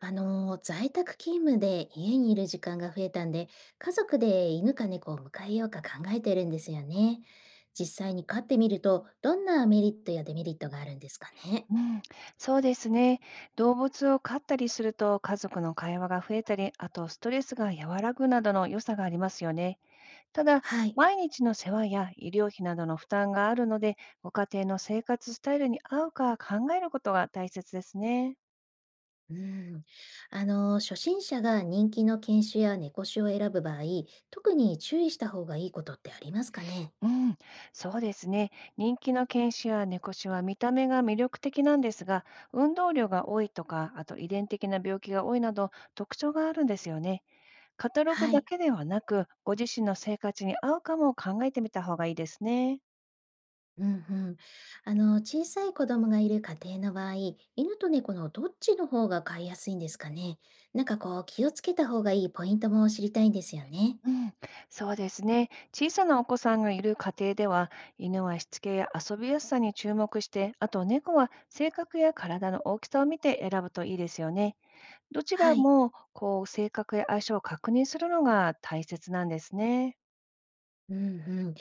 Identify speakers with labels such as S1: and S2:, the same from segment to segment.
S1: 在宅勤務で家にいる時間が増えたんで、家族で犬か猫を迎えようか考えてるんですよね。実際に飼ってみると、どんなメリットやデメリットがあるんですかね。
S2: うん、そうですね。動物を飼ったりすると家族の会話が増えたり、あとストレスが和らぐなどの良さがありますよね。ただ、
S1: はい。
S2: 毎日の世話や医療費などの負担があるので、ご家庭の生活スタイルに合うか考えることが大切ですね。
S1: うん。初心者が人気の犬種や猫種を選ぶ場合、特に注意した方がいいことってありますかね。
S2: うん、そうですね。人気の犬種や猫種は見た目が魅力的なんですが、運動量が多いとか、あと遺伝的な病気が多いなど特徴があるんですよね。カタログ
S1: は
S2: だ
S1: い。
S2: けではなく、ご自身の生活に合うかも考えてみた方がいいですね。
S1: うんうん。あの、小さい子供がいる家庭の場合、犬と猫のどっちの方が飼いやすいんですかね。なんかこう、気をつけた方がいいポイントも知りたいんですよね。
S2: うん、そうですね。小さなお子さんがいる家庭では、犬はしつけや遊びやすさに注目して、あと猫は性格や体の大きさを見て選ぶといいですよね。どち
S1: は
S2: ら
S1: い。
S2: もこう性格や相性を確認するのが大切なんですね。
S1: うんうん。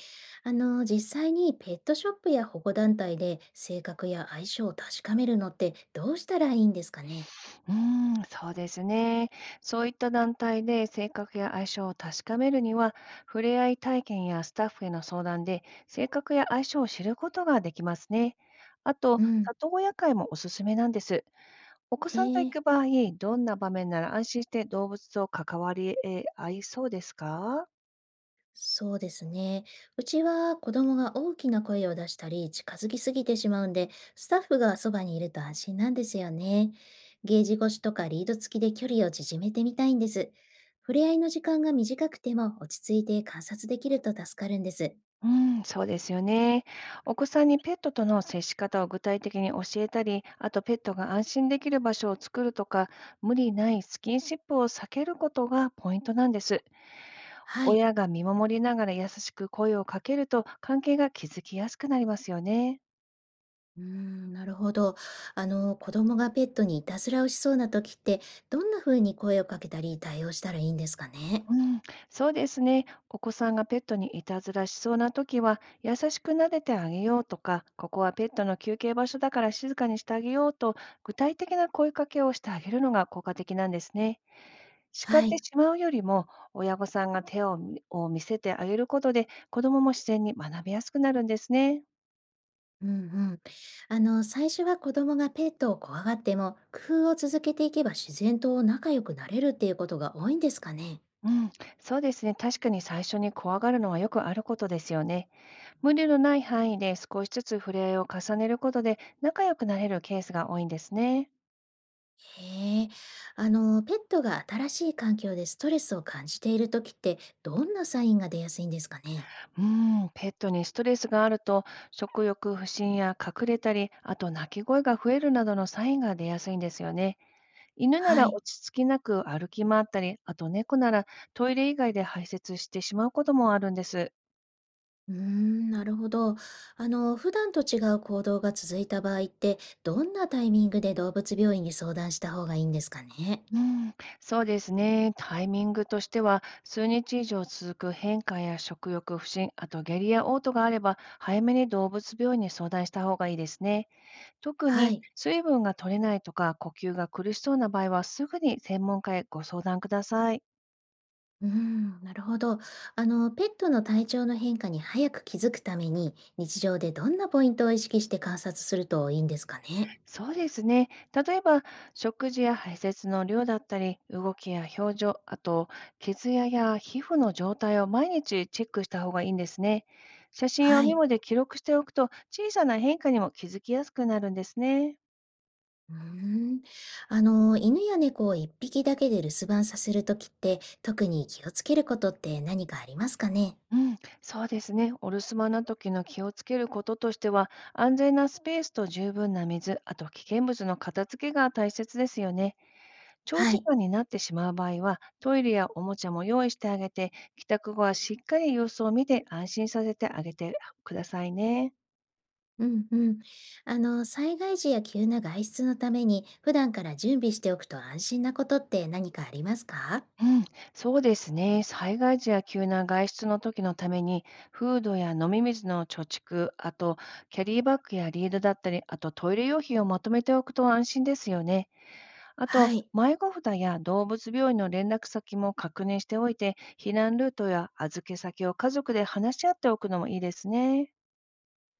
S1: あの、実際にペットショップや保護団体で性格や相性を確かめるのってどうしたらいいんですかね。
S2: うーそうですね。そういった団体で性格や相性を確かめるには、触れ合い体験やスタッフへの相談で性格や相性を知ることができますね。あと、
S1: うん。
S2: 里親会もおすすめなんです。お子
S1: へ
S2: さんと行
S1: え。
S2: く場合、どんな場面なら安心して動物と関わりえ合いそうですか？
S1: そうですね。うちは子供が大きな声を出したり近づきすぎてしまうんで、スタッフがそばにいると安心なんですよね。ゲージ越しとかリード付きで距離を縮めてみたいんです。触れ合いの時間が短くても落ち着いて観察できると助かるんです。
S2: うん、そうですよね。お子さんにペットとの接し方を具体的に教えたり、あとペットが安心できる場所を作るとか、無理ないスキンシップを避けることがポイントなんです。
S1: はい。
S2: 親が見守りながら優しく声をかけると関係が築きやすくなりますよね。
S1: うーん、なるほど。あの、子供がペットにいたずらをしそうな時って、どんな風に声をかけたり対応したらいいんですかね。
S2: うん、そうですね。お子さんがペットにいたずらしそうな時は、優しく撫でてあげようとか、ここはペットの休憩場所だから静かにしてあげようと、具体的な声かけをしてあげるのが効果的なんですね。叱っ
S1: は
S2: て
S1: い。
S2: しまうよりも、親御さんが手を見せてあげることで、子供も自然に学びやすくなるんですね。
S1: うんうん。あの、最初は子供がペットを怖がっても、工夫を続けていけば自然と仲良くなれるっていうことが多いんですかね。
S2: うん、そうですね。確かに最初に怖がるのはよくあることですよね。無理のない範囲で少しずつ触れ合いを重ねることで仲良くなれるケースが多いんですね。
S1: へえ。あの、ペットが新しい環境でストレスを感じているときって、どんなサインが出やすいんですかね。
S2: うん、ペットにストレスがあると食欲不振や隠れたり、あと泣き声が増えるなどのサインが出やすいんですよね。犬な
S1: は
S2: ら
S1: い。
S2: 落ち着きなく歩き回ったり、あと猫ならトイレ以外で排泄してしまうこともあるんです。
S1: うーん、なるほど。あの、普段と違う行動が続いた場合って、どんなタイミングで動物病院に相談した方がいいんですかね。
S2: うん、そうですね。タイミングとしては、数日以上続く変化や食欲不振、あと下痢や嘔吐があれば、早めに動物病院に相談した方がいいですね。特
S1: は
S2: に
S1: い。
S2: 水分が取れないとか、呼吸が苦しそうな場合は、すぐに専門家へご相談ください。
S1: うん、なるほど。あの、ペットの体調の変化に早く気づくために、日常でどんなポイントを意識して観察するといいんですかね。
S2: そうですね。例えば、食事や排泄の量だったり、動きや表情、あと、血や皮膚の状態を毎日チェックした方がいいんですね。写真や
S1: は
S2: メ
S1: い。
S2: モで記録しておくと、小さな変化にも気づきやすくなるんですね。
S1: うーん。あの、犬や猫を一匹だけで留守番させるときって、特に気をつけることって何かありますかね。
S2: うん、そうですね。お留守番の時の気をつけることとしては、安全なスペースと十分な水、あと危険物の片付けが大切ですよね。長
S1: は
S2: 時
S1: い。
S2: 間になってしまう場合は、トイレやおもちゃも用意してあげて、帰宅後はしっかり様子を見て安心させてあげてくださいね。
S1: うんうん。あの、災害時や急な外出のために、普段から準備しておくと安心なことって何かありますか？
S2: うん、そうですね。災害時や急な外出の時のために、フードや飲み水の貯蓄、あとキャリーバッグやリードだったり、あとトイレ用品をまとめておくと安心ですよね。あと、
S1: はい。
S2: 迷子札や動物病院の連絡先も確認しておいて、避難ルートや預け先を家族で話し合っておくのもいいですね。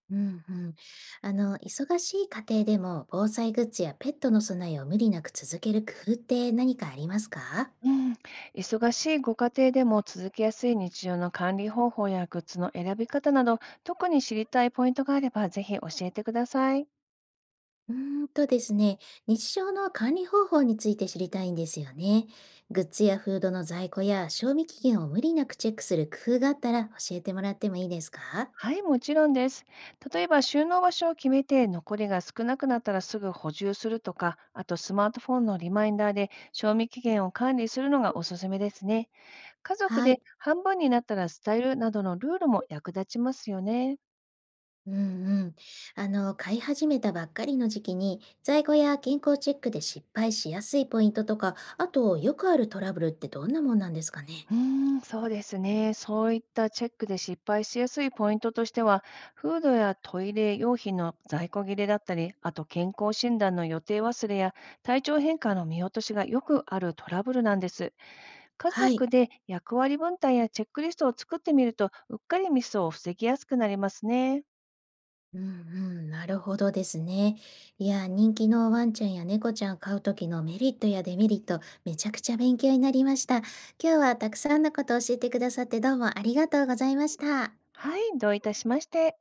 S1: うんうん。あの、忙しい家庭でも防災グッズやペットの備えを無理なく続ける工夫って何かありますか？
S2: うん、忙しいご家庭でも続けやすい日常の管理方法やグッズの選び方など、特に知りたいポイントがあれば、ぜひ教えてください。
S1: うーんとですね、日常の管理方法について知りたいんですよね。グッズやフードの在庫や賞味期限を無理なくチェックする工夫があったら教えてもらってもいいですか？
S2: はい、もちろんです。例えば、収納場所を決めて、残りが少なくなったらすぐ補充するとか、あとスマートフォンのリマインダーで賞味期限を管理するのがおすすめですね。家族
S1: は
S2: で
S1: い。
S2: 半分になったら伝えるなどのルールも役立ちますよね。
S1: うんうん。あの、買い始めたばっかりの時期に在庫や健康チェックで失敗しやすいポイントとか、あとよくあるトラブルってどんなもんなんですかね？
S2: そうですね。そういったチェックで失敗しやすいポイントとしては、フードやトイレ用品の在庫切れだったり、あと健康診断の予定忘れや体調変化の見落としがよくあるトラブルなんです。家
S1: は
S2: 族
S1: い。
S2: で役割分担やチェックリストを作ってみると、うっかりミスを防ぎやすくなりますね。
S1: うんうん、なるほどですね。いや、人気のワンちゃんや猫ちゃん飼う時のメリットやデメリット、めちゃくちゃ勉強になりました。今日はたくさんのことを教えてくださってどうもありがとうございました。
S2: はい、どういたしまして。